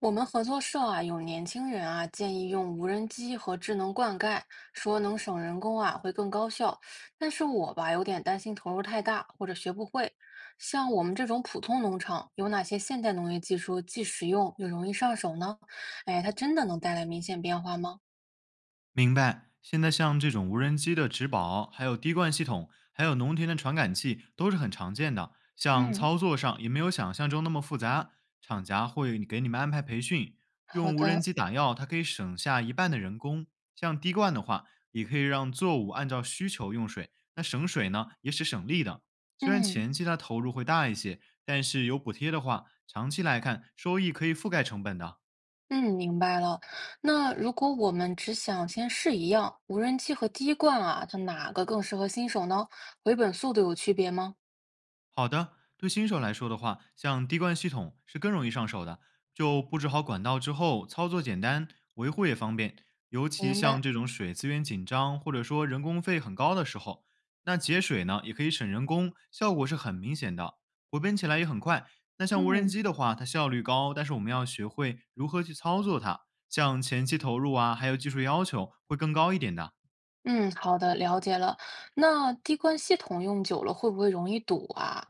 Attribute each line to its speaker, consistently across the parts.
Speaker 1: 我们合作社啊，有年轻人啊，建议用无人机和智能灌溉，说能省人工啊，会更高效。但是我吧，有点担心投入太大或者学不会。像我们这种普通农场，有哪些现代农业技术既实用又容易上手呢？哎，它真的能带来明显变化吗？
Speaker 2: 明白。现在像这种无人机的植保，还有滴灌系统，还有农田的传感器，都是很常见的。像
Speaker 1: 嗯，
Speaker 2: 操作上也没有想象中那么复杂，厂家会给你们安排培训。
Speaker 1: 好
Speaker 2: 用无人
Speaker 1: 的，
Speaker 2: 机打药，它可以省下一半的人工。像滴灌的话，也可以让作物按照需求用水，那省水呢也是省力的。虽然
Speaker 1: 嗯
Speaker 2: 前期它投入会大一些，但是有补贴的话，长期来看收益可以覆盖成本的。
Speaker 1: 嗯，明白了。那如果我们只想先试一样，无人机和滴灌啊，它哪个更适合新手呢？回本速度有区别吗？
Speaker 2: 好的，对新手来说的话，像滴灌系统是更容易上手的，就布置好管道之后，操作简单，维护也方便。尤其
Speaker 1: 明
Speaker 2: 像
Speaker 1: 白。
Speaker 2: 这种水资源紧张或者说人工费很高的时候，那节水呢也可以省人工，效果是很明显的，回本起来也很快。那像无人
Speaker 1: 嗯
Speaker 2: 机的话，它效率高，但是我们要学会如何去操作它，像前期投入啊，还有技术要求会更高一点的。
Speaker 1: 嗯，好的，了解了。那滴灌系统用久了会不会容易堵啊？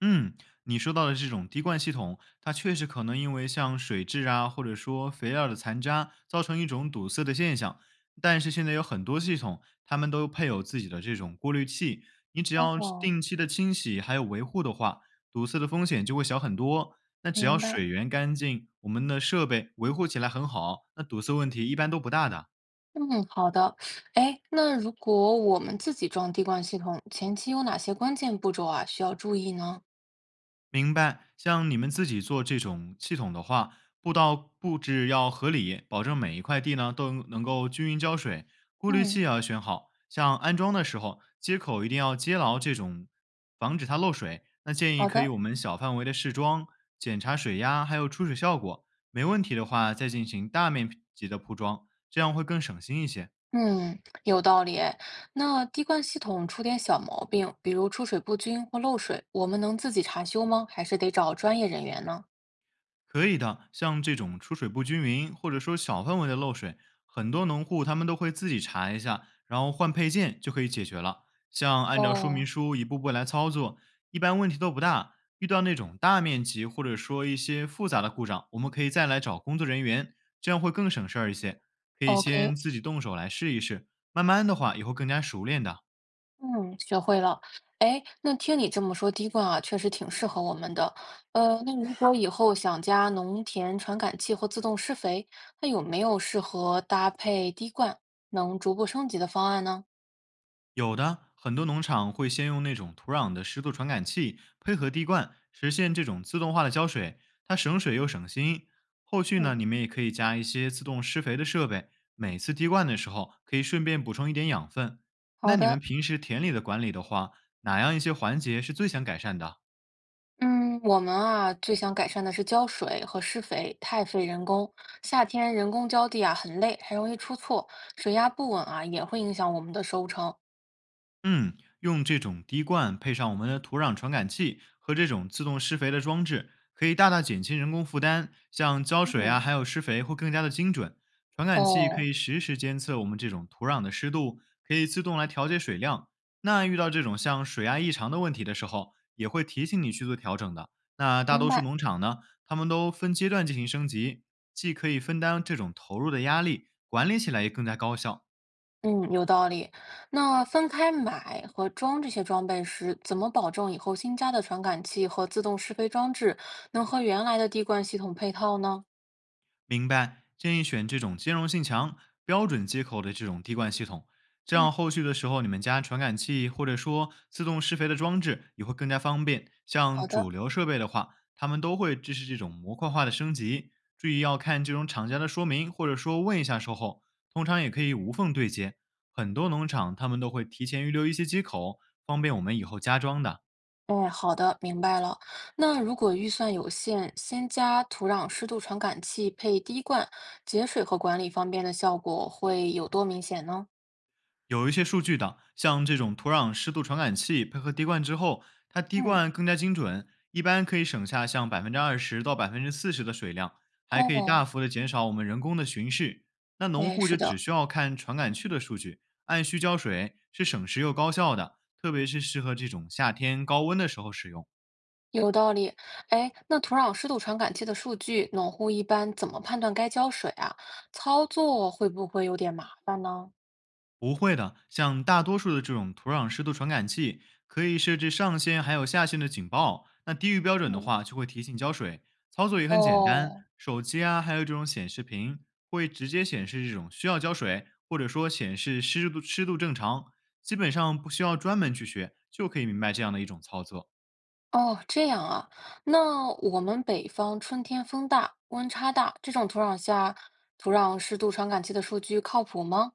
Speaker 2: 嗯，你说到的这种滴灌系统，它确实可能因为像水质啊，或者说肥料的残渣，造成一种堵塞的现象。但是现在有很多系统，它们都配有自己的这种过滤器，你只要
Speaker 1: 哦，
Speaker 2: 定期的清洗还有维护的话，堵塞的风险就会小很多。那只要
Speaker 1: 明白。
Speaker 2: 水源干净，我们的设备维护起来很好，那堵塞问题一般都不大的。
Speaker 1: 嗯，好的。哎，那如果我们自己装滴灌系统，前期有哪些关键步骤啊，需要注意呢？
Speaker 2: 明白，像你们自己做这种系统的话，布道布置要合理，保证每一块地呢都能够均匀浇水，过滤
Speaker 1: 嗯，
Speaker 2: 器也要选好。像安装的时候，接口一定要接牢这种，防止它漏水。那建议
Speaker 1: 好
Speaker 2: 可以
Speaker 1: 的。
Speaker 2: 我们小范围的试装，检查水压还有出水效果，没问题的话再进行大面积的铺装，这样会更省心一些。
Speaker 1: 嗯，有道理诶。那滴灌系统出点小毛病，比如出水不均或漏水，我们能自己查修吗？还是得找专业人员呢？
Speaker 2: 可以的，像这种出水不均匀或者说小范围的漏水，很多农户他们都会自己查一下，然后换配件就可以解决了。像按照说
Speaker 1: 哦
Speaker 2: 明书一步步来操作，一般问题都不大。遇到那种大面积或者说一些复杂的故障，我们可以再来找工作人员，这样会更省事儿一些。可以
Speaker 1: ，OK，
Speaker 2: 先自己动手来试一试，慢慢的话也会更加熟练的。
Speaker 1: 嗯，学会了。哎，那听你这么说，滴灌啊，确实挺适合我们的。那如果以后想加农田传感器或自动施肥，那有没有适合搭配滴灌能逐步升级的方案呢？
Speaker 2: 有的，很多农场会先用那种土壤的湿度传感器配合滴灌，实现这种自动化的浇水，它省水又省心。后续呢，
Speaker 1: 嗯，
Speaker 2: 你们也可以加一些自动施肥的设备，每次滴灌的时候可以顺便补充一点养分。
Speaker 1: 好
Speaker 2: 那你们
Speaker 1: 的。
Speaker 2: 平时田里的管理的话，哪样一些环节是最想改善的？
Speaker 1: 嗯，我们啊最想改善的是浇水和施肥，太费人工。夏天人工浇地啊很累，还容易出错，水压不稳啊也会影响我们的收成。
Speaker 2: 嗯，用这种滴灌配上我们的土壤传感器和这种自动施肥的装置，可以大大减轻人工负担，像浇水啊，
Speaker 1: 嗯，
Speaker 2: 还有施肥会更加的精准。传感器可
Speaker 1: 哦，
Speaker 2: 以实时监测我们这种土壤的湿度，可以自动来调节水量。那遇到这种像水压异常的问题的时候，也会提醒你去做调整的。那大
Speaker 1: 明
Speaker 2: 多数
Speaker 1: 白。
Speaker 2: 农场呢，他们都分阶段进行升级，既可以分担这种投入的压力，管理起来也更加高效。
Speaker 1: 嗯，有道理。那分开买和装这些装备时，怎么保证以后新加的传感器和自动适配装置能和原来的滴灌系统配套呢？
Speaker 2: 明白，建议选这种兼容性强、标准接口的这种滴灌系统，这
Speaker 1: 嗯，
Speaker 2: 样后续的时候你们家传感器或者说自动施肥的装置也会更加方便。
Speaker 1: 好
Speaker 2: 像主
Speaker 1: 的，
Speaker 2: 流设备的话，他们都会支持这种模块化的升级。注意要看这种厂家的说明，或者说问一下售后，通常也可以无缝对接。很多农场他们都会提前预留一些接口，方便我们以后加装的。
Speaker 1: 哎，好的，明白了。那如果预算有限，先加土壤湿度传感器配滴灌，节水和管理方面的效果会有多明显呢？
Speaker 2: 有一些数据的，像这种土壤湿度传感器配合滴灌之后，它滴
Speaker 1: 嗯，
Speaker 2: 灌更加精准，一般可以省下像百分之二十到百分之四十的水量，还可以
Speaker 1: 哦，
Speaker 2: 大幅的减少我们人工的巡视。那农
Speaker 1: 哎，
Speaker 2: 户
Speaker 1: 是
Speaker 2: 就只
Speaker 1: 的。
Speaker 2: 需要看传感器的数据，按需浇水是省时又高效的，特别是适合这种夏天高温的时候使用。
Speaker 1: 有道理，哎，那土壤湿度传感器的数据，农户一般怎么判断该浇水啊？操作会不会有点麻烦呢？
Speaker 2: 不会的，像大多数的这种土壤湿度传感器，可以设置上限还有下限的警报。那低于标准的
Speaker 1: 嗯，
Speaker 2: 话，就会提醒浇水。操作也很简单，
Speaker 1: 哦
Speaker 2: 手机啊，还有这种显示屏会直接显示这种需要浇水，或者说显示湿度正常，基本上不需要专门去学，就可以明白这样的一种操作。
Speaker 1: 哦，这样啊。那我们北方春天风大、温差大，这种土壤下，土壤湿度传感器的数据靠谱吗？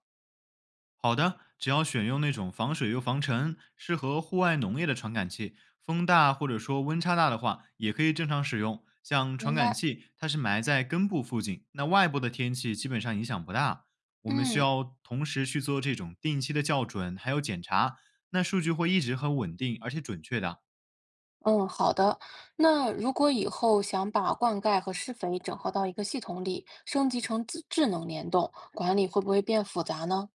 Speaker 2: 好的，只要选用那种防水又防尘、适合户外农业的传感器，风大或者说温差大的话，也可以正常使用。像传
Speaker 1: 明
Speaker 2: 感
Speaker 1: 白。
Speaker 2: 器，它是埋在根部附近，那外部的天气基本上影响不大。我们需
Speaker 1: 嗯
Speaker 2: 要同时去做这种定期的校准，还有检查，那数据会一直很稳定而且准确的。
Speaker 1: 嗯，好的。那如果以后想把灌溉和施肥整合到一个系统里，升级成自智能联动，管理会不会变复杂呢？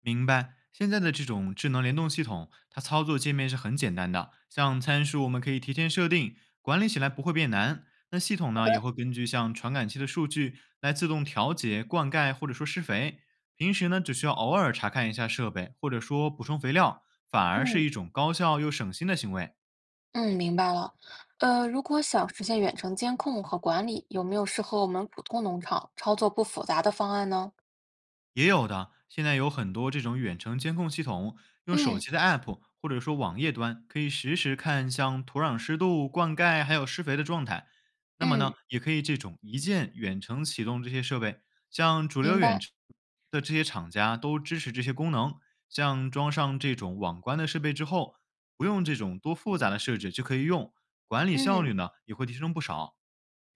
Speaker 2: 明白。现在的这种智能联动系统，它操作界面是很简单的，像参数我们可以提前设定，管理起来不会变难。那系统呢也会根据像传感器的数据来自动调节灌溉或者说施肥。平时呢只需要偶尔查看一下设备，或者说补充肥料，反而是
Speaker 1: 嗯。
Speaker 2: 一种高效又省心的行为。
Speaker 1: 嗯，明白了。如果想实现远程监控和管理，有没有适合我们普通农场操作不复杂的方案呢？
Speaker 2: 也有的，现在有很多这种远程监控系统，用手
Speaker 1: 嗯
Speaker 2: 机的 app 或者说网页端，可以实时看像土壤湿度、灌溉还有施肥的状态。那么
Speaker 1: 嗯，
Speaker 2: 呢，也可以这种一键远程启动这些设备，像主流
Speaker 1: 明
Speaker 2: 远
Speaker 1: 白。
Speaker 2: 程的这些厂家都支持这些功能。像装上这种网关的设备之后，不用这种多复杂的设置就可以用，管理效
Speaker 1: 嗯
Speaker 2: 率呢也会提升不少。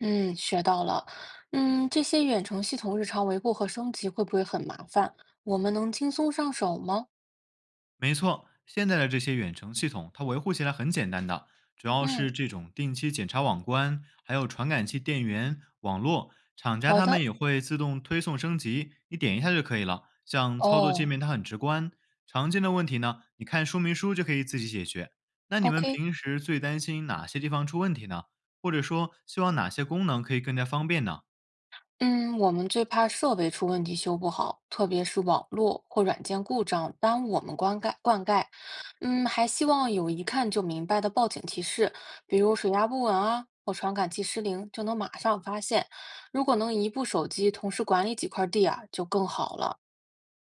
Speaker 1: 嗯，学到了。嗯，这些远程系统日常维护和升级会不会很麻烦？我们能轻松上手吗？
Speaker 2: 没错，现在的这些远程系统，它维护起来很简单的，主要
Speaker 1: 嗯，
Speaker 2: 是这种定期检查网关，还有传感器、电源、网络，厂家
Speaker 1: 好
Speaker 2: 他们
Speaker 1: 的。
Speaker 2: 也会自动推送升级，你点一下就可以了。像操作界
Speaker 1: 哦
Speaker 2: 面它很直观，常见的问题呢，你看说明书就可以自己解决。那你们
Speaker 1: ，OK。
Speaker 2: 平时最担心哪些地方出问题呢？或者说希望哪些功能可以更加方便呢？
Speaker 1: 嗯，我们最怕设备出问题修不好，特别是网络或软件故障耽误我们灌溉。嗯，还希望有一看就明白的报警提示，比如水压不稳啊，或传感器失灵，就能马上发现。如果能一部手机同时管理几块地啊，就更好了。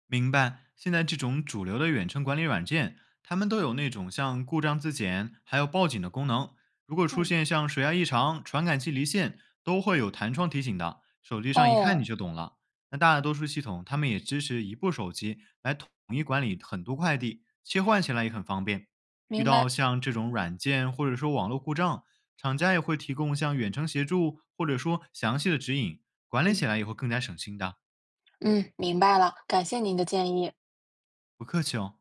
Speaker 2: 明白，现在这种主流的远程管理软件，它们都有那种像故障自检还有报警的功能。如果出
Speaker 1: 嗯
Speaker 2: 现像水压异常、传感器离线，都会有弹窗提醒的，手机上一看你
Speaker 1: 哦，
Speaker 2: 就懂了。那大多数系统他们也支持一部手机来统一管理很多快递，切换起来也很方便。遇
Speaker 1: 明
Speaker 2: 到
Speaker 1: 白。
Speaker 2: 像这种软件或者说网络故障，厂家也会提供像远程协助或者说详细的指引，管理
Speaker 1: 嗯，
Speaker 2: 起来也会更加省心的。
Speaker 1: 嗯，明白了，感谢您的建议。
Speaker 2: 不客气哦。